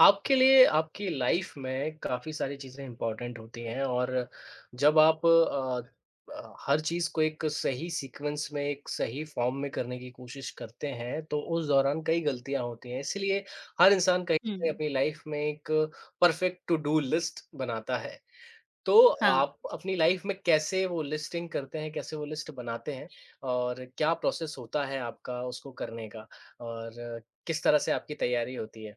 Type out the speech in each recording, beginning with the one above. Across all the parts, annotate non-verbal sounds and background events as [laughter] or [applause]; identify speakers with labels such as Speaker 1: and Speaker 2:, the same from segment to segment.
Speaker 1: आपके लिए आपकी लाइफ में काफ़ी सारी चीज़ें इम्पोर्टेंट होती हैं और जब आप हर चीज़ को एक सही सीक्वेंस में, एक सही फॉर्म में करने की कोशिश करते हैं, तो उस दौरान कई गलतियाँ होती हैं। इसीलिए हर इंसान कहीं न कहीं
Speaker 2: हुँ,
Speaker 1: अपनी लाइफ में एक परफेक्ट टू डू लिस्ट बनाता है। तो
Speaker 2: हाँ।
Speaker 1: आप अपनी लाइफ में कैसे वो लिस्टिंग करते हैं, कैसे वो लिस्ट बनाते हैं और क्या प्रोसेस होता है आपका उसको करने का और किस तरह से आपकी तैयारी होती है?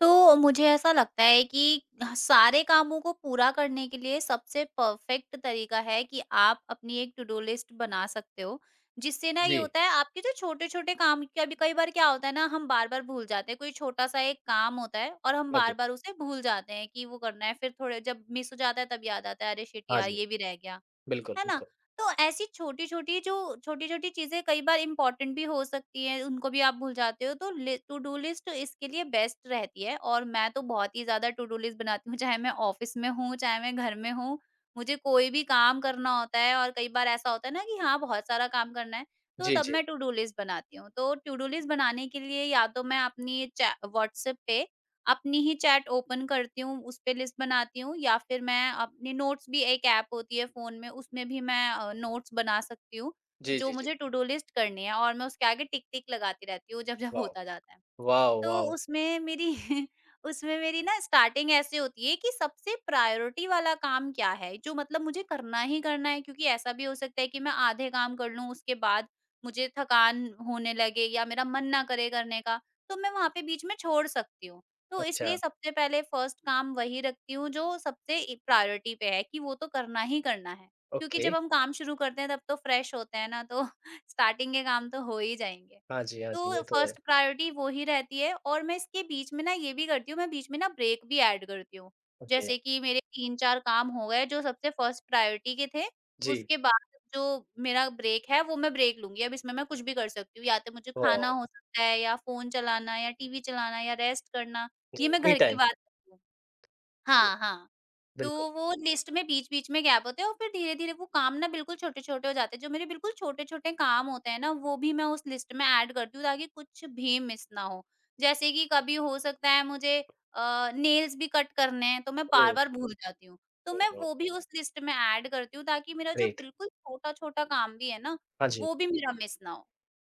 Speaker 2: तो मुझे ऐसा लगता है कि सारे कामों को पूरा करने के लिए सबसे परफ़ेक्ट तरीका है कि आप अपनी एक टू डू लिस्ट बना सकते हो। जिससे ना ये
Speaker 1: जी,
Speaker 2: होता है आपके जो छोटे-छोटे काम कभी कई बार क्या होता है ना हम बार-बार भूल जाते हैं, कोई छोटा-सा एक काम होता है और हम
Speaker 1: हाँ जी।
Speaker 2: बार-बार उसे भूल जाते हैं कि वो करना है, फिर थोड़े जब मिस हो जाता है तब याद आता है, अरे शिट
Speaker 1: हाँ
Speaker 2: यार
Speaker 1: जी,
Speaker 2: ये भी रह गया।
Speaker 1: बिल्कुल,
Speaker 2: है ना?
Speaker 1: बिल्कुल।
Speaker 2: तो ऐसी छोटी-छोटी चीज़ें कई बार इम्पोर्टेंट भी हो सकती हैं, उनको भी आप भूल जाते हो, तो लि टू डू लिस्ट इसके लिए बेस्ट रहती है और मैं तो बहुत ही ज़्यादा टू डू लिस्ट बनाती हूँ, चाहे मैं ऑफ़िस में हूँ, चाहे मैं घर में हूँ। मुझे कोई भी काम करना होता है और कई बार ऐसा होता है ना कि हाँ, बहुत सारा काम करना है, तो
Speaker 1: जी,
Speaker 2: तब
Speaker 1: जी।
Speaker 2: मैं टू डू लिस्ट बनाती हूँ। तो टू डू लिस्ट बनाने के लिए या तो मैं अपनी चा व्हाट्सएप पे अपनी ही चैट ओपन करती हूँ, उस पे लिस्ट बनाती हूँ या फिर मैं अपनी नोट्स भी एक ऐप होती है फ़ोन में, उसमें भी मैं नोट्स बना सकती हूँ,
Speaker 1: जी, जी,
Speaker 2: जो
Speaker 1: जी।
Speaker 2: मुझे टू डू लिस्ट करनी है और मैं उसके आगे टिक-टिक लगाती रहती हूँ, जब-जब
Speaker 1: वाओ!
Speaker 2: होता जाता है।
Speaker 1: वाओ,
Speaker 2: तो
Speaker 1: वाओ!
Speaker 2: उसमें मेरी [laughs] उसमें मेरी ना स्टार्टिंग ऐसे होती है कि सबसे प्रायोरिटी वाला काम क्या है जो मतलब मुझे करना ही करना है क्योंकि ऐसा भी हो सकता है कि मैं आधे काम कर लूं उसके बाद मुझे थकान होने लगे या मेरा मन ना करे करने का, तो मैं वहां पे बीच में छोड़ सकती हूँ। तो
Speaker 1: अच्छा,
Speaker 2: इसलिए सबसे पहले फर्स्ट काम वही रखती हूँ जो सबसे प्रायोरिटी पे है कि वो तो करना ही करना है क्योंकि
Speaker 1: ओके।
Speaker 2: जब हम काम शुरू करते हैं तब तो फ्रेश होते हैं ना, तो [laughs] स्टार्टिंग के काम तो हो ही जाएंगे।
Speaker 1: हाँ जी, हाँ जी, ये
Speaker 2: तो
Speaker 1: तो है।
Speaker 2: फर्स्ट प्रायोरिटी वो ही रहती है और मैं इसके बीच में ना ये भी करती हूँ, मैं बीच में ना ब्रेक भी ऐड करती हूँ।
Speaker 1: ओके,
Speaker 2: जैसे कि मेरे 3-4 काम हो गए जो सबसे फर्स्ट प्रायोरिटी के थे,
Speaker 1: जी,
Speaker 2: उसके बाद जो मेरा ब्रेक है वो मैं ब्रेक लूँगी। अब इसमें मैं कुछ भी कर सकती हूँ, या तो मुझे खाना
Speaker 1: वाओ!
Speaker 2: हो सकता है या फ़ोन चलाना या टीवी चलाना या रेस्ट करना, ये
Speaker 1: जी,
Speaker 2: मैं
Speaker 1: मी
Speaker 2: घर की
Speaker 1: टाइम।
Speaker 2: बात कर रही हूँ।
Speaker 1: जी,
Speaker 2: हाँ, हाँ। तो
Speaker 1: बिल्कुल।
Speaker 2: वो लिस्ट में बीच-बीच में गैप होते हैं और फिर धीरे-धीरे वो काम ना बिल्कुल छोटे-छोटे हो जाते हैं। जो मेरे बिल्कुल छोटे-छोटे काम होते हैं ना, वो भी मैं उस लिस्ट में ऐड करती हूँ ताकि कुछ भी मिस ना हो। जैसे कि कभी हो सकता है मुझे नेल्स भी कट करने हैं, तो मैं
Speaker 1: ओह,
Speaker 2: बार-बार भूल जाती हूँ। तो मैं
Speaker 1: ओह,
Speaker 2: वो भी उस लिस्ट में ऐड करती हूँ ताकि मेरा जो
Speaker 1: ग्रेट।
Speaker 2: बिल्कुल छोटा-छोटा काम भी है ना,
Speaker 1: हाँ जी।
Speaker 2: वो भी मेरा मिस ना हो।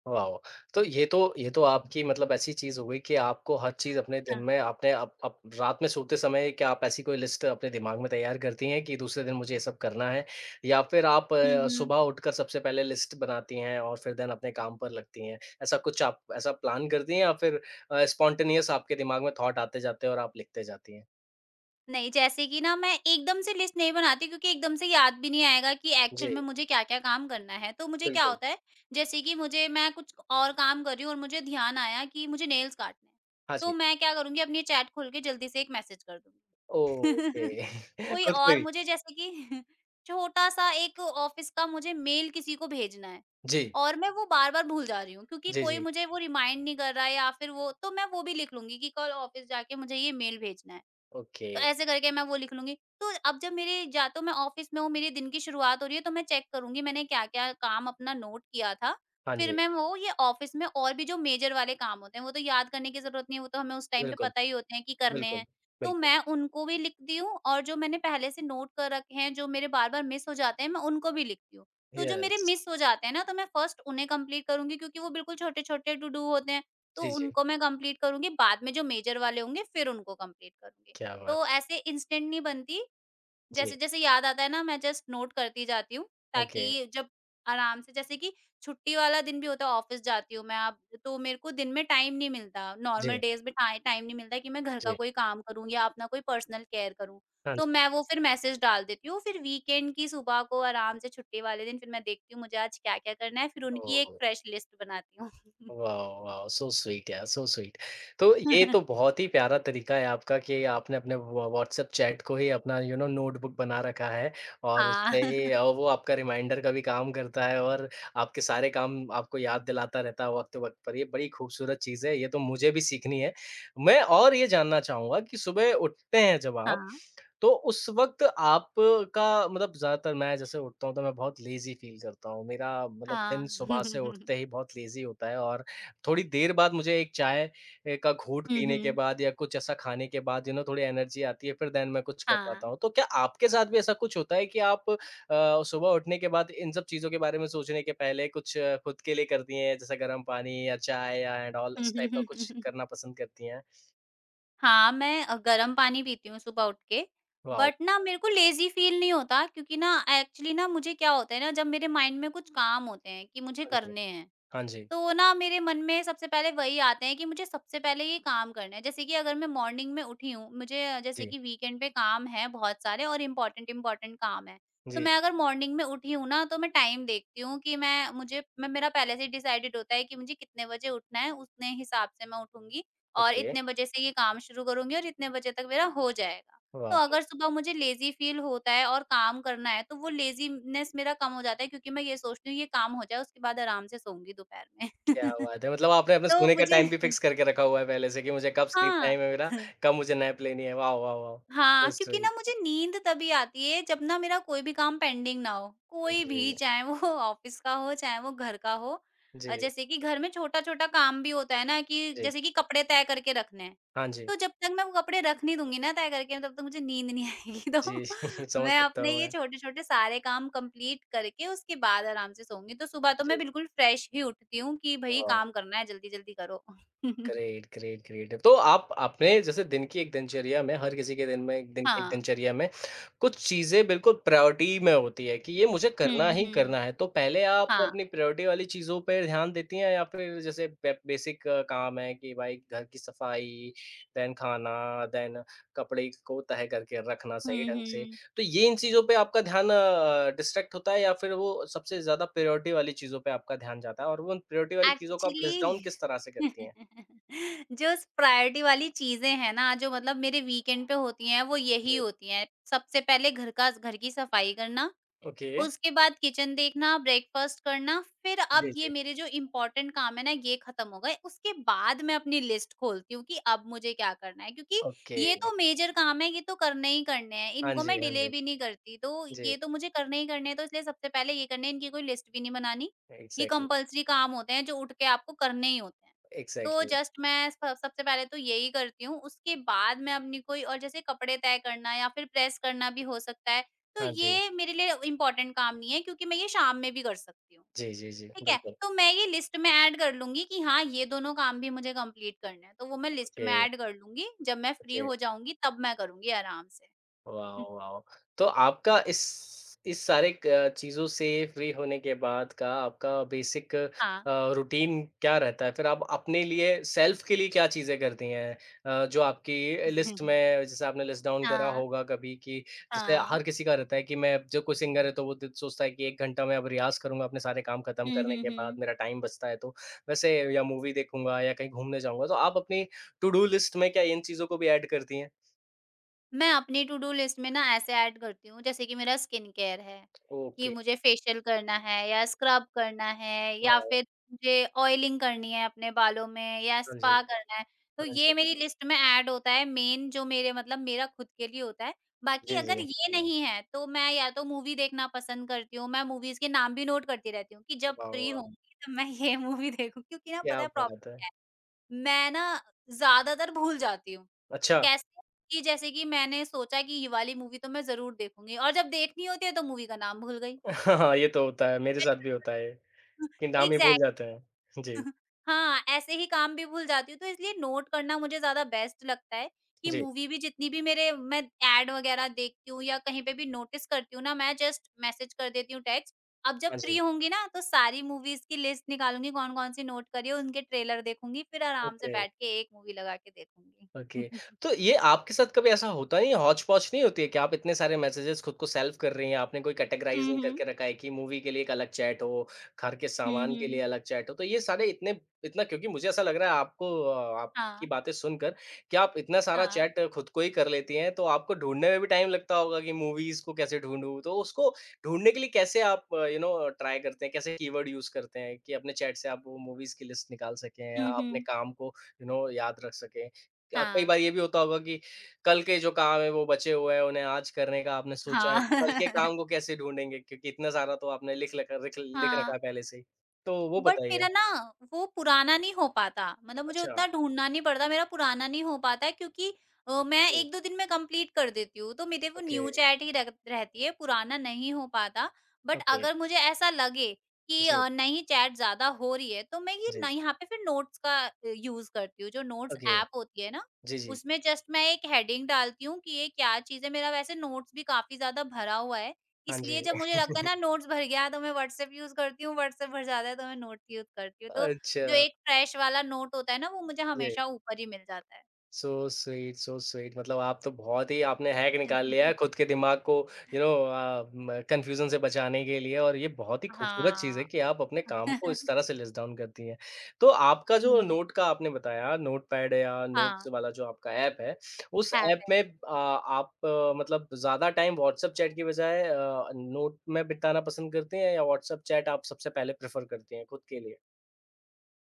Speaker 1: वाओ! तो ये तो आपकी मतलब ऐसी चीज़ हो गई कि आपको हर चीज़ अपने दिन
Speaker 2: हाँ।
Speaker 1: में आपने अब रात में सोते समय क्या आप ऐसी कोई लिस्ट अपने दिमाग में तैयार करती हैं कि दूसरे दिन मुझे ये सब करना है? या फिर आप
Speaker 2: हुँ, हुँ।
Speaker 1: सुबह उठकर सबसे पहले लिस्ट बनाती हैं और फिर देन अपने काम पर लगती हैं? ऐसा कुछ आप ऐसा प्लान करती हैं या फिर स्पॉन्टेनियस आपके दिमाग में थॉट आते जाते हैं और आप लिखते जाती हैं?
Speaker 2: नहीं, जैसे कि ना मैं एकदम से लिस्ट नहीं बनाती क्योंकि एकदम से याद भी नहीं आएगा कि
Speaker 1: जी,
Speaker 2: एक्चुअल में मुझे क्या-क्या काम करना है। तो मुझे क्या
Speaker 1: बिल्कुल।
Speaker 2: होता है, जैसे कि मुझे मैं कुछ और काम कर रही हूँ और मुझे ध्यान आया कि मुझे नेल्स काटने हैं।
Speaker 1: हाँ
Speaker 2: तो
Speaker 1: जी।
Speaker 2: मैं क्या करूँगी, अपनी चैट खोल के जल्दी से एक मैसेज कर
Speaker 1: ओके
Speaker 2: दूँगी। [laughs]
Speaker 1: [laughs]
Speaker 2: कोई
Speaker 1: खुद को
Speaker 2: और
Speaker 1: ही।
Speaker 2: मुझे जैसे कि [laughs] छोटा-सा एक ऑफ़िस का मुझे मेल किसी को भेजना है
Speaker 1: जी।
Speaker 2: और मैं वो बार-बार भूल जा रही हूँ क्योंकि
Speaker 1: जी,
Speaker 2: कोई
Speaker 1: जी।
Speaker 2: मुझे वो रिमाइंड नहीं कर रहा है, या फिर वो तो मैं वो भी लिख लूँगी कि कल ऑफ़िस जाके मुझे ये मेल भेजना है।
Speaker 1: ओके।
Speaker 2: तो ऐसे करके मैं वो लिख लूँगी। तो अब जब मेरे, या तो मैं ऑफ़िस में हूँ, मेरे दिन की शुरुआत हो रही है, तो मैं चेक करूँगी मैंने क्या-क्या काम अपना नोट किया था।
Speaker 1: हाँ
Speaker 2: फिर
Speaker 1: जी।
Speaker 2: मैं वो ये ऑफ़िस में और भी जो मेजर वाले काम होते हैं, वो तो याद करने की ज़रूरत नहीं है, वो तो हमें उस टाइम पे
Speaker 1: बिल्कुल,
Speaker 2: पता ही होते हैं कि करने
Speaker 1: बिल्कुल,
Speaker 2: हैं। तो
Speaker 1: बिल्कुल।
Speaker 2: मैं उनको भी लिखती हूँ और जो मैंने पहले से नोट कर रखे हैं, जो मेरे बार-बार मिस हो जाते हैं, मैं उनको भी लिखती हूँ। तो जो मेरे
Speaker 1: यस।
Speaker 2: मिस हो जाते हैं ना, तो मैं फर्स्ट उन्हें कंप्लीट करूँगी क्योंकि वो बिल्कुल छोटे-छोटे टू डू होते हैं, तो
Speaker 1: जी, जी।
Speaker 2: उनको मैं कंप्लीट करूँगी। बाद में जो मेजर वाले होंगे, फिर उनको कंप्लीट करूँगी।
Speaker 1: क्या बात
Speaker 2: तो
Speaker 1: है!
Speaker 2: ऐसे इंस्टेंट नहीं बनती,
Speaker 1: जी,
Speaker 2: जैसे-जैसे याद आता है ना मैं जस्ट नोट करती जाती हूँ,
Speaker 1: ओके।
Speaker 2: ताकि जब आराम से, जैसे कि छुट्टी वाला दिन भी होता है, ऑफ़िस जाती हूँ मैं अब, तो मेरे को दिन में टाइम नहीं मिलता,
Speaker 1: जी,
Speaker 2: नॉर्मल डेज़ में टाइम नहीं मिलता कि मैं घर का
Speaker 1: जी।
Speaker 2: कोई काम करूँ या अपना कोई पर्सनल केयर करूँ।
Speaker 1: हाँ
Speaker 2: तो
Speaker 1: जी।
Speaker 2: मैं वो फिर मैसेज डाल देती हूँ, फिर वीकेंड की सुबह को आराम से छुट्टी वाले दिन फिर मैं देखती हूँ मुझे आज क्या-क्या करना है, फिर उनकी एक
Speaker 1: ओह!
Speaker 2: फ्रेश लिस्ट बनाती हूँ।
Speaker 1: Wow, wow! सो स्वीट यार, सो स्वीट। तो ये तो
Speaker 2: [laughs]
Speaker 1: बहुत ही प्यारा तरीका है आपका कि आपने अपने व्हाट्सएप चैट को ही अपना नोटबुक बना रखा है और उसपे
Speaker 2: हाँ।
Speaker 1: ही
Speaker 2: [laughs]
Speaker 1: वो आपका रिमाइंडर का भी काम करता है और आपके सारे काम आपको याद दिलाता रहता है वक़्त-वक़्त पर। ये बड़ी खूबसूरत चीज़ है, ये तो मुझे भी सीखनी है। मैं और ये जानना चाहूँगा कि सुबह उठते हैं जब
Speaker 2: हाँ।
Speaker 1: आप
Speaker 2: हाँ।
Speaker 1: तो उस वक़्त आपका मतलब ज़्यादातर मैं जैसे उठता हूँ तो मैं बहुत लेज़ी फ़ील करता हूँ। मेरा
Speaker 2: [laughs]
Speaker 1: मतलब
Speaker 2: हाँ।
Speaker 1: दिन सुबह से उठते ही बहुत लेज़ी होता है और थोड़ी देर बाद मुझे एक चाय का घूँट
Speaker 2: हुँ,
Speaker 1: पीने के
Speaker 2: हुँ।
Speaker 1: बाद या कुछ ऐसा खाने के बाद थोड़ी एनर्जी आती है फिर देन मैं कुछ कर पाता
Speaker 2: हाँ।
Speaker 1: हूँ। तो क्या आपके साथ भी ऐसा कुछ होता है कि आप सुबह उठने के बाद इन सब चीज़ों के बारे में सोचने के पहले कुछ खुद के लिए करती हैं जैसे गर्म पानी या चाय या एंड ऑल इस टाइप का कुछ
Speaker 2: [laughs]
Speaker 1: करना पसंद करती हैं?
Speaker 2: हाँ, मैं गर्म पानी पीती हूँ सुबह उठ के,
Speaker 1: वॉव!
Speaker 2: बट ना मेरे को लेज़ी फ़ील नहीं होता क्योंकि ना एक्चुअली ना मुझे क्या होता है ना, जब मेरे माइंड में कुछ काम होते हैं कि मुझे
Speaker 1: हाँ जी।
Speaker 2: करने हैं,
Speaker 1: हाँ जी।
Speaker 2: तो ना मेरे मन में सबसे पहले वही आते हैं कि मुझे सबसे पहले ये काम करना है। जैसे कि अगर मैं मॉर्निंग में उठी हूँ, मुझे जैसे
Speaker 1: जी।
Speaker 2: कि वीकेंड पे काम है बहुत सारे और इम्पोर्टेंट इम्पोर्टेंट काम है। तो
Speaker 1: जी,
Speaker 2: मैं
Speaker 1: जी।
Speaker 2: अगर मॉर्निंग में उठी हूँ ना, तो मैं टाइम देखती हूँ कि मैं मुझे मैं मेरा पहले से ही डिसाइडेड होता है कि मुझे कितने बजे उठना है, उतने हिसाब से मैं उठूँगी और
Speaker 1: ओके।
Speaker 2: इतने बजे से ये काम शुरू करूँगी और इतने बजे तक मेरा हो जाएगा। तो
Speaker 1: वाह!
Speaker 2: अगर सुबह मुझे लेज़ी फ़ील होता है और काम करना है, तो वो लेज़ीनेस मेरा कम हो जाता है क्योंकि मैं ये सोचती हूँ ये काम हो जाए उसके बाद आराम से सोऊँगी दोपहर में।
Speaker 1: क्या बात है! मतलब आपने अपने
Speaker 2: [laughs] तो
Speaker 1: सोने का
Speaker 2: मुझे
Speaker 1: टाइम भी फिक्स करके रखा हुआ है पहले से कि मुझे कब स्लीप
Speaker 2: हाँ।
Speaker 1: टाइम है मेरा,
Speaker 2: [laughs]
Speaker 1: कब मुझे नैप लेनी है। वाह, वाह, वाह! सो
Speaker 2: हाँ, क्योंकि ना
Speaker 1: स्वीट।
Speaker 2: मुझे नींद तभी आती है जब ना मेरा कोई भी काम पेंडिंग ना हो,
Speaker 1: हाँ
Speaker 2: कोई भी,
Speaker 1: जी।
Speaker 2: चाहे वो [laughs] ऑफिस का हो, चाहे वो घर का हो।
Speaker 1: जी,
Speaker 2: जैसे कि घर में छोटा-छोटा काम भी होता है ना कि
Speaker 1: जी।
Speaker 2: जैसे कि कपड़े तय करके रखने हैं,
Speaker 1: हाँ जी।
Speaker 2: तो जब तक मैं वो कपड़े रख नहीं दूँगी ना तय करके, तब तक मुझे नींद नहीं आएगी। [laughs] तो
Speaker 1: जी, [laughs] समझ
Speaker 2: मैं
Speaker 1: सकता
Speaker 2: अपने
Speaker 1: हूँ
Speaker 2: ये
Speaker 1: मैं।
Speaker 2: छोटे-छोटे सारे काम कंप्लीट करके उसके बाद आराम से सोऊँगी, तो सुबह तो
Speaker 1: जी,
Speaker 2: मैं बिल्कुल फ्रेश ही उठती हूँ कि भई
Speaker 1: वाह!
Speaker 2: काम करना है, जल्दी-जल्दी करो। [laughs]
Speaker 1: Great, great, great. तो आप अपने जैसे दिन की एक दिनचर्या में हर किसी के दिन में एक दिन की एक
Speaker 2: हाँ।
Speaker 1: दिनचर्या में कुछ चीज़ें बिल्कुल प्रायोरिटी में होती है कि ये मुझे
Speaker 2: हुँ,
Speaker 1: करना ही
Speaker 2: हुँ।
Speaker 1: करना है। तो पहले आप
Speaker 2: हाँ।
Speaker 1: अपनी प्रायोरिटी वाली चीज़ों पे ध्यान देती हैं या फिर जैसे बे बेसिक काम है कि भाई घर की सफाई, देन खाना, देन कपड़े को तह करके रखना
Speaker 2: हुँ,
Speaker 1: सही ढंग से।
Speaker 2: हुँ।
Speaker 1: तो ये इन चीज़ों पे आपका ध्यान डिस्ट्रैक्ट होता है या फिर वो सबसे ज़्यादा प्रायोरिटी वाली चीज़ों पे आपका ध्यान जाता है और वो उन प्रायोरिटी वाली चीज़ों को आप लिस्ट डाउन
Speaker 2: एक्चुअली
Speaker 1: किस तरह से करती हैं?
Speaker 2: [laughs] जो प्रायोरिटी वाली चीज़ें हैं ना, जो मतलब मेरे वीकेंड पे होती हैं, वो यही होती हैं। सबसे पहले घर की सफाई करना,
Speaker 1: ओके।
Speaker 2: उसके बाद किचन देखना, ब्रेकफ़ास्ट करना, फिर अब
Speaker 1: जी,
Speaker 2: ये
Speaker 1: जी।
Speaker 2: मेरे जो इम्पोर्टेंट काम है ना ये ख़त्म हो गए, उसके बाद मैं अपनी लिस्ट खोलती हूँ कि अब मुझे क्या करना है क्योंकि
Speaker 1: ओके।
Speaker 2: ये तो मेजर काम है, ये तो करने ही करने हैं,
Speaker 1: हाँ
Speaker 2: इनको
Speaker 1: जी,
Speaker 2: मैं
Speaker 1: हाँ
Speaker 2: डिले
Speaker 1: जी।
Speaker 2: भी नहीं करती, तो
Speaker 1: जी,
Speaker 2: ये तो मुझे करने ही करने हैं, तो इसलिए सबसे पहले ये करने हैं, इनकी कोई लिस्ट भी नहीं बनानी। ये
Speaker 1: एग्ज़ैक्टली,
Speaker 2: कंपल्सरी काम होते हैं जो उठ के आपको करने ही होते हैं। तो
Speaker 1: एग्ज़ैक्टली।
Speaker 2: जस्ट मैं स सबसे पहले तो यही करती हूँ, उसके बाद मैं अपनी कोई और, जैसे कपड़े तय करना या फिर प्रेस करना, भी हो सकता है। तो
Speaker 1: हाँ जी।
Speaker 2: ये मेरे लिए इम्पोर्टेंट काम नहीं है क्योंकि मैं ये शाम में भी कर सकती हूँ,
Speaker 1: जी, जी, जी,
Speaker 2: ठीक है?
Speaker 1: बिल्कुल।
Speaker 2: तो मैं ये लिस्ट में ऐड कर लूँगी कि हाँ, ये दोनों काम भी मुझे कंप्लीट करने हैं, तो वो मैं लिस्ट
Speaker 1: ओके,
Speaker 2: में ऐड कर लूँगी, जब मैं फ्री
Speaker 1: ओके।
Speaker 2: हो जाऊँगी तब मैं करूँगी आराम से।
Speaker 1: वाह!
Speaker 2: [laughs]
Speaker 1: वाह! तो आपका इस सारे क चीज़ों से फ्री होने के बाद का आपका बेसिक
Speaker 2: हाँ।
Speaker 1: रूटीन क्या रहता है? फिर आप अपने लिए सेल्फ के लिए क्या चीज़ें करती हैं? जो आपकी लिस्ट
Speaker 2: [laughs]
Speaker 1: में जैसे आपने लिस्ट डाउन करा
Speaker 2: हाँ,
Speaker 1: होगा कभी कि जैसे
Speaker 2: हाँ।
Speaker 1: हर किसी का रहता है कि मैं जो कोई सिंगर है तो वो द सोचता है कि 1 घंटा मैं अब रियाज़ करूँगा अपने सारे काम खत्म
Speaker 2: हुँ,
Speaker 1: करने
Speaker 2: हुँ,
Speaker 1: के बाद,
Speaker 2: हुँ।
Speaker 1: मेरा टाइम बचता है तो। वैसे या मूवी देखूँगा या कहीं घूमने जाऊँगा, तो आप अपनी टू डू लिस्ट में क्या इन चीज़ों को भी ऐड करती हैं?
Speaker 2: मैं अपनी टू डू लिस्ट में ना ऐसे ऐड करती हूँ, जैसे कि मेरा स्किन केयर है कि
Speaker 1: ओके,
Speaker 2: मुझे फेशियल करना है या स्क्रब करना है या
Speaker 1: वाह!
Speaker 2: फिर मुझे ऑयलिंग करनी है अपने बालों में या
Speaker 1: हाँ जी,
Speaker 2: स्पा करना है, तो
Speaker 1: हाँ
Speaker 2: ये
Speaker 1: जी।
Speaker 2: मेरी लिस्ट में ऐड होता है, मेन जो मेरे मतलब मेरा खुद के लिए होता है। बाकी
Speaker 1: जी,
Speaker 2: अगर
Speaker 1: जी।
Speaker 2: ये नहीं है तो मैं या तो मूवी देखना पसंद करती हूँ, मैं मूवीज के नाम भी नोट करती रहती हूँ कि जब
Speaker 1: वाह,
Speaker 2: फ्री
Speaker 1: वाह!
Speaker 2: होंगी तो मैं ये [laughs] मूवी देखूँ क्योंकि ना, पता
Speaker 1: क्या
Speaker 2: है,
Speaker 1: बात है!
Speaker 2: प्रॉब्लम है, मैं ना ज्यादातर भूल जाती हूँ।
Speaker 1: अच्छा,
Speaker 2: कैसे? कि जैसे कि मैंने सोचा कि ये वाली मूवी तो मैं ज़रूर देखूँगी, और जब देखनी होती है तो मूवी का नाम भूल गई।
Speaker 1: हाँ, ये तो होता है, मेरे साथ भी होता है कि नाम ही भूल
Speaker 2: एग्ज़ैक्टली।
Speaker 1: जाते हैं। जी,
Speaker 2: [laughs] हाँ, ऐसे ही काम भी भूल जाती हूँ, तो इसलिए नोट करना मुझे ज़्यादा बेस्ट लगता है कि
Speaker 1: जी।
Speaker 2: मूवी भी जितनी भी मेरे मैं ऐड वग़ैरह देखती हूँ या कहीं पे भी नोटिस करती हूँ ना, मैं जस्ट मैसेज कर देती हूँ टेक्स्ट। अब जब
Speaker 1: हाँ
Speaker 2: फ्री
Speaker 1: जी,
Speaker 2: होंगी ना तो सारी मूवीज़ की लिस्ट निकालूँगी कौन-कौन सी नोट करी है, उनके ट्रेलर देखूँगी फिर आराम से
Speaker 1: ओके।
Speaker 2: बैठ के एक मूवी लगा के
Speaker 1: ओके।
Speaker 2: देखूँगी। [laughs]
Speaker 1: तो ये आपके साथ कभी ऐसा होता नहीं है, हौच-पौच नहीं होती है कि आप इतने सारे मैसेजेस खुद को सेल्फ कर रही हैं, आपने कोई कैटेगराइज़
Speaker 2: हुँ,
Speaker 1: नहीं
Speaker 2: हुँ।
Speaker 1: करके रखा है कि मूवी के लिए एक अलग चैट हो, घर के
Speaker 2: हुँ,
Speaker 1: सामान के लिए
Speaker 2: हुँ।
Speaker 1: अलग चैट हो, तो ये सारे इतने इतना क्योंकि मुझे ऐसा लग रहा है आपको
Speaker 2: [laughs]
Speaker 1: आपकी
Speaker 2: हाँ।
Speaker 1: बातें सुनकर कि आप इतना सारा
Speaker 2: हाँ।
Speaker 1: चैट खुद को ही कर लेती हैं, तो आपको ढूँढने में भी टाइम लगता होगा कि मूवीज़ को कैसे ढूँढूँ? तो उसको ढूँढने के लिए कैसे आप ट्राई करते हैं, कैसे कीवर्ड यूज़ करते हैं कि अपने चैट से आप वो मूवीज़ की लिस्ट निकाल सकें या
Speaker 2: हुँ,
Speaker 1: अपने
Speaker 2: हुँ।
Speaker 1: काम को याद रख सकें? क कई
Speaker 2: हाँ।
Speaker 1: बार ये भी होता होगा कि कल के जो काम है वो बचे हुए हैं, उन्हें आज करने का आपने सोचा है,
Speaker 2: हाँ।
Speaker 1: तो कल के
Speaker 2: [laughs]
Speaker 1: काम को कैसे ढूँढेंगे? क्योंकि इतना सारा तो आपने लिख लख रिख लिख रखा
Speaker 2: हाँ,
Speaker 1: है पहले से ही। तो वो
Speaker 2: बट
Speaker 1: बताइए?
Speaker 2: मेरा ना वो पुराना नहीं हो पाता, मतलब मुझे
Speaker 1: अच्छा,
Speaker 2: उतना ढूँढना नहीं पड़ता, मेरा पुराना नहीं हो पाता है क्योंकि मैं
Speaker 1: जी,
Speaker 2: 1-2 दिन में कंप्लीट कर देती हूँ, तो मेरे वो
Speaker 1: ओके,
Speaker 2: न्यू चैट ही रह रहती है, पुराना नहीं हो पाता। बट
Speaker 1: ओके,
Speaker 2: अगर मुझे ऐसा लगे कि
Speaker 1: जी,
Speaker 2: नहीं, चैट ज़्यादा हो रही है, तो मैं ये
Speaker 1: जी,
Speaker 2: ना यहाँ पे फिर नोट्स का यूज़ करती हूँ, जो नोट्स
Speaker 1: ओके,
Speaker 2: ऐप होती है ना,
Speaker 1: जी, जी।
Speaker 2: उसमें जस्ट मैं एक हेडिंग डालती हूँ कि ये क्या चीज़ है। मेरा वैसे नोट्स भी काफ़ी ज़्यादा भरा हुआ है।
Speaker 1: हाँ जी।
Speaker 2: इसलिए जब मुझे लगता है
Speaker 1: [laughs]
Speaker 2: ना नोट्स भर गया तो मैं व्हाट्सएप यूज़ करती हूँ, व्हाट्सएप भर जाता है तो मैं नोट्स यूज़ करती हूँ। तो जो
Speaker 1: अच्छा,
Speaker 2: एक फ्रेश वाला नोट होता है ना वो मुझे
Speaker 1: जी।
Speaker 2: हमेशा ऊपर ही मिल जाता है।
Speaker 1: सो स्वीट मतलब आप तो बहुत ही आपने हैक निकाल लिया है
Speaker 2: [laughs]
Speaker 1: खुद के दिमाग को यू नो अ, म कन्फ्यूज़न से बचाने के लिए और ये बहुत ही खूबसूरत चीज़ है
Speaker 2: हाँ।
Speaker 1: कि आप अपने काम को इस
Speaker 2: [laughs]
Speaker 1: तरह से लिस्ट डाउन करती हैं। तो आपका जो
Speaker 2: हुँ।
Speaker 1: नोट का आपने बताया नोटपैड या नोट्स
Speaker 2: हाँ,
Speaker 1: वाला जो आपका ऐप है, उस
Speaker 2: ऐप
Speaker 1: ऐप
Speaker 2: है।
Speaker 1: में आप मतलब ज़्यादा टाइम व्हाट्सएप चैट की बजाय नोट में बिताना पसंद करती हैं या व्हाट्सएप चैट आप सबसे पहले प्रेफ़र करती हैं खुद के लिए?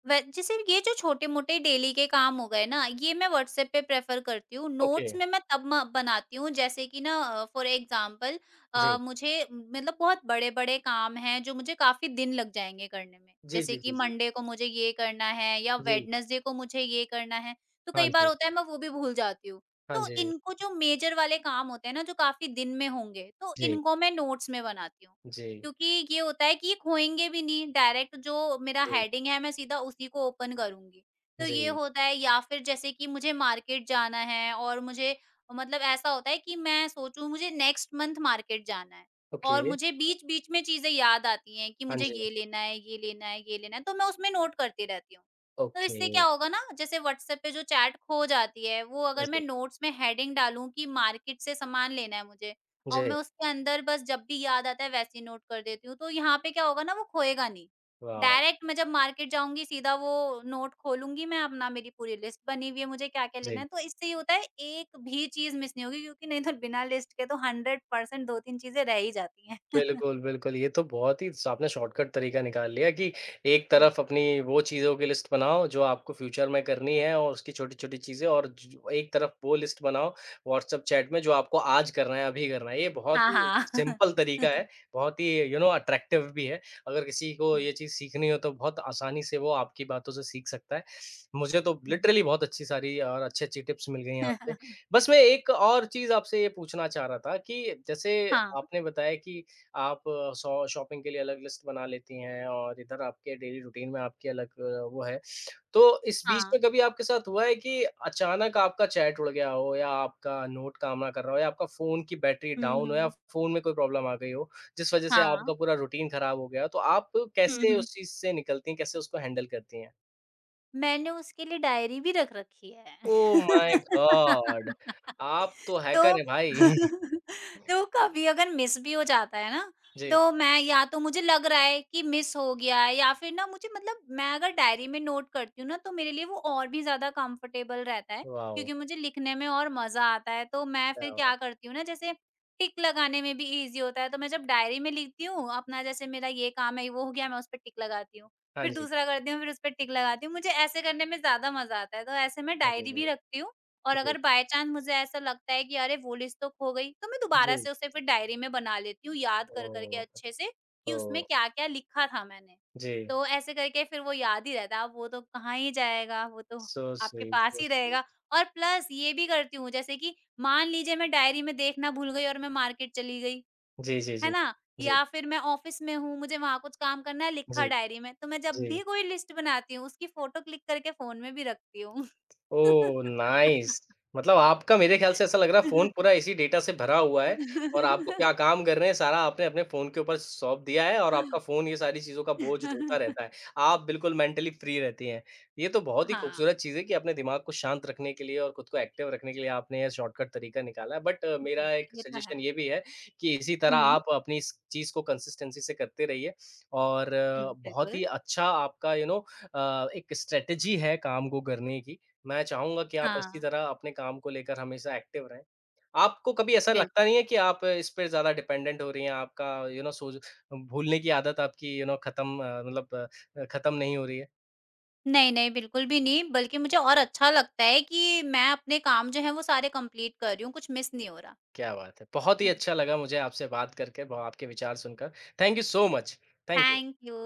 Speaker 2: वै जैसे ये जो छोटे-मोटे डेली के काम हो गए ना, ये मैं व्हाट्सएप पे प्रेफ़र करती हूँ।
Speaker 1: ओके,
Speaker 2: नोट्स में मैं तब म बनाती हूँ जैसे कि ना फ़ॉर एग्ज़ाम्पल
Speaker 1: जी।
Speaker 2: मुझे मतलब बहुत बड़े-बड़े काम हैं जो मुझे काफ़ी दिन लग जाएँगे करने में।
Speaker 1: जी,
Speaker 2: जैसे
Speaker 1: जी, जी,
Speaker 2: कि
Speaker 1: जी।
Speaker 2: मंडे को मुझे ये करना है या
Speaker 1: जी,
Speaker 2: वेडनेसडे को मुझे ये करना है, तो
Speaker 1: हाँ
Speaker 2: कई बार
Speaker 1: जी।
Speaker 2: होता है मैं वो भी भूल जाती हूँ।
Speaker 1: हाँ
Speaker 2: तो
Speaker 1: जी,
Speaker 2: इनको जो मेजर वाले काम होते हैं ना, जो काफ़ी दिन में होंगे, तो
Speaker 1: जी।
Speaker 2: इनको मैं नोट्स में बनाती हूँ।
Speaker 1: J
Speaker 2: क्योंकि ये होता है कि ये खोएँगे भी नहीं, डायरेक्ट जो मेरा हेडिंग है मैं सीधा उसी को ओपन करूँगी। तो ये
Speaker 1: J
Speaker 2: होता है। या फिर जैसे कि मुझे मार्केट जाना है और मुझे मतलब ऐसा होता है कि मैं सोचूँ मुझे नेक्स्ट मंथ मार्केट जाना है, और
Speaker 1: okay
Speaker 2: मुझे बीच-बीच में चीज़ें याद आती हैं कि
Speaker 1: J
Speaker 2: मुझे ये लेना है, ये लेना है, ये लेना है, तो मैं उसमें नोट करती रहती हूँ। तो इससे क्या
Speaker 1: okay
Speaker 2: होगा ना, जैसे व्हाट्सएप पे जो चैट खो जाती है, वो अगर मैं
Speaker 1: J
Speaker 2: नोट्स में हेडिंग डालूँ कि मार्केट से सामान लेना है मुझे, और
Speaker 1: J
Speaker 2: मैं उसके अंदर बस जब भी याद आता है वैसे ही नोट कर देती हूँ, तो यहाँ पे क्या होगा ना वो खोएगा नहीं।
Speaker 1: wow
Speaker 2: डायरेक्ट मैं जब मार्केट जाऊँगी सीधा वो नोट खोलूँगी, मैं अपना मेरी पूरी लिस्ट बनी हुई है मुझे क्या-क्या लेना
Speaker 1: J.
Speaker 2: है। तो इससे ये होता है एक भी चीज़ मिस नहीं होगी, क्योंकि नहीं तो बिना लिस्ट के तो 100% 2-3 चीज़ें रह ही जाती हैं। [laughs]
Speaker 1: बिल्कुल, बिल्कुल। ये तो बहुत ही स आपने शॉर्टकट तरीका निकाल लिया कि एक
Speaker 2: हुँ।
Speaker 1: तरफ अपनी वो चीज़ों की लिस्ट बनाओ जो आपको फ्यूचर में करनी है और उसकी छोटी-छोटी चीज़ें और ज एक तरफ वो लिस्ट बनाओ व्हाट्सएप चैट में जो आपको आज करना है, अभी करना है। ये बहुत
Speaker 2: हाँ,
Speaker 1: ही
Speaker 2: हाँ।
Speaker 1: सिंपल
Speaker 2: [laughs]
Speaker 1: तरीका है, बहुत ही अट्रैक्टिव भी है। अगर किसी को
Speaker 2: हुँ,
Speaker 1: ये चीज़ सीखनी हो तो बहुत आसानी से वो आपकी बातों से सीख सकता है। मुझे तो
Speaker 2: हुँ।
Speaker 1: लिटरली बहुत अच्छी सारी और अच्छी-अच्छी टिप्स मिल गई हैं आपसे।
Speaker 2: [laughs]
Speaker 1: बस मैं एक और चीज़ आपसे ये पूछना चाह रहा था कि जैसे
Speaker 2: हाँ,
Speaker 1: आपने बताया कि आप शॉ शॉपिंग के लिए अलग लिस्ट बना लेती हैं और इधर आपके डेली रूटीन में आपकी अलग वो है। तो इस बीच
Speaker 2: हाँ।
Speaker 1: में कभी आपके साथ हुआ है कि अचानक आपका चैट उड़ गया हो या आपका नोट काम ना कर रहा हो या आपका फ़ोन की बैटरी
Speaker 2: हुँ,
Speaker 1: डाउन हो या
Speaker 2: हुँ।
Speaker 1: फ़ोन में कोई प्रॉब्लम आ गई हो, जिस वज़ह से
Speaker 2: हाँ।
Speaker 1: आपका पूरा रूटीन खराब हो गया हो, तो आप
Speaker 2: हुँ,
Speaker 1: कैसे
Speaker 2: हुँ।
Speaker 1: उस चीज़ से निकलती हैं, कैसे उसको हैंडल करती हैं?
Speaker 2: मैंने उसके लिए डायरी भी रख रखी है।
Speaker 1: Oh my [laughs] god!
Speaker 2: [laughs]
Speaker 1: आप तो हैकर
Speaker 2: तो
Speaker 1: हैं भाई।
Speaker 2: [laughs]
Speaker 1: [laughs]
Speaker 2: तो कभी अगर मिस भी हो जाता है ना,
Speaker 1: जी,
Speaker 2: तो मैं या तो मुझे लग रहा है कि मिस हो गया है या फिर ना मुझे मतलब मैं अगर डायरी में नोट करती हूँ ना, तो मेरे लिए वो और भी ज़्यादा कंफर्टेबल रहता है,
Speaker 1: वॉव!
Speaker 2: क्योंकि मुझे लिखने में और मज़ा आता है। तो मैं
Speaker 1: क्या
Speaker 2: फिर
Speaker 1: बात
Speaker 2: क्या
Speaker 1: है।
Speaker 2: करती हूँ ना, जैसे टिक लगाने में भी ईज़ी होता है, तो मैं जब डायरी में लिखती हूँ, अपना जैसे मेरा ये काम है, वो हो गया, मैं उस पे टिक लगाती हूँ।
Speaker 1: हाँ
Speaker 2: फिर
Speaker 1: जी।
Speaker 2: दूसरा करती हूँ, फिर उस पे टिक लगाती हूँ। मुझे ऐसे करने में ज़्यादा मज़ा आता है, तो ऐसे मैं डायरी
Speaker 1: अरे!
Speaker 2: भी रखती हूँ, और
Speaker 1: जी,
Speaker 2: अगर बाय चांस मुझे ऐसा लगता है कि अरे वो लिस्ट तो खो गई, तो मैं दोबारा
Speaker 1: जी।
Speaker 2: से उसे फिर डायरी में बना लेती हूँ याद कर कर के
Speaker 1: ओह!
Speaker 2: अच्छे से कि
Speaker 1: ओह!
Speaker 2: उसमें क्या-क्या लिखा था मैंने।
Speaker 1: जी,
Speaker 2: तो ऐसे करके फिर वो याद ही रहता है, अब वो तो कहाँ ही जाएगा, वो तो
Speaker 1: सो
Speaker 2: आपके
Speaker 1: स्वीट,
Speaker 2: पास
Speaker 1: सो
Speaker 2: ही
Speaker 1: स्वीट।
Speaker 2: रहेगा। और प्लस ये भी करती हूँ जैसे कि मान लीजिए मैं डायरी में देखना भूल गई और मैं मार्केट चली गई,
Speaker 1: जी, जी,
Speaker 2: है
Speaker 1: जी।
Speaker 2: ना?
Speaker 1: जी,
Speaker 2: या फिर मैं ऑफिस में हूँ, मुझे वहाँ कुछ काम करना है लिखा
Speaker 1: जी,
Speaker 2: डायरी में, तो मैं जब
Speaker 1: जी।
Speaker 2: भी कोई लिस्ट बनाती हूँ उसकी फोटो क्लिक करके फ़ोन में भी रखती हूँ।
Speaker 1: ओह!
Speaker 2: [laughs]
Speaker 1: नाइस। मतलब आपका मेरे ख़्याल से ऐसा लग रहा है फ़ोन पूरा इसी डेटा से भरा हुआ है और आपको क्या काम करने हैं सारा आपने अपने फ़ोन के ऊपर सौंप दिया है और आपका फ़ोन ये सारी चीज़ों का बोझ ढोता रहता है। आप बिल्कुल मेंटली फ्री रहती हैं। ये तो बहुत ही
Speaker 2: हाँ,
Speaker 1: खूबसूरत चीज़ है कि अपने दिमाग को शांत रखने के लिए और खुद को एक्टिव रखने के लिए आपने ये शॉर्टकट तरीका निकाला है। बट मेरा
Speaker 2: बिल्कुल,
Speaker 1: एक
Speaker 2: ये तो है।
Speaker 1: सजेशन ये भी है कि इसी तरह
Speaker 2: हुँ,
Speaker 1: आप अपनी इस चीज़ को कंसिस्टेंसी से करते रहिए और
Speaker 2: हुँ,
Speaker 1: बहुत ही
Speaker 2: बिल्कुल।
Speaker 1: अच्छा आपका एक स्ट्रैटेजी है काम को करने की। मैं चाहूँगा कि आप इसी
Speaker 2: हाँ,
Speaker 1: तरह अपने काम को लेकर हमेशा एक्टिव रहें। आपको कभी ऐसा लगता
Speaker 2: बिल्कुल।
Speaker 1: नहीं है कि आप इस पे ज़्यादा डिपेंडेंट हो रही हैं, आपका सोच भूलने की आदत आपकी खत्म मतलब खत्म नहीं हो रही है?
Speaker 2: नहीं, नहीं, बिल्कुल भी नहीं, बल्कि मुझे और अच्छा लगता है कि मैं अपने काम जो हैं, वो सारे कंप्लीट कर रही हूँ, कुछ मिस नहीं हो रहा।
Speaker 1: क्या बात है! बहुत ही
Speaker 2: हुँ,
Speaker 1: अच्छा लगा मुझे आपसे बात करके, ब आपके विचार सुनकर। Thank you so much. Thank you.
Speaker 2: Thank you.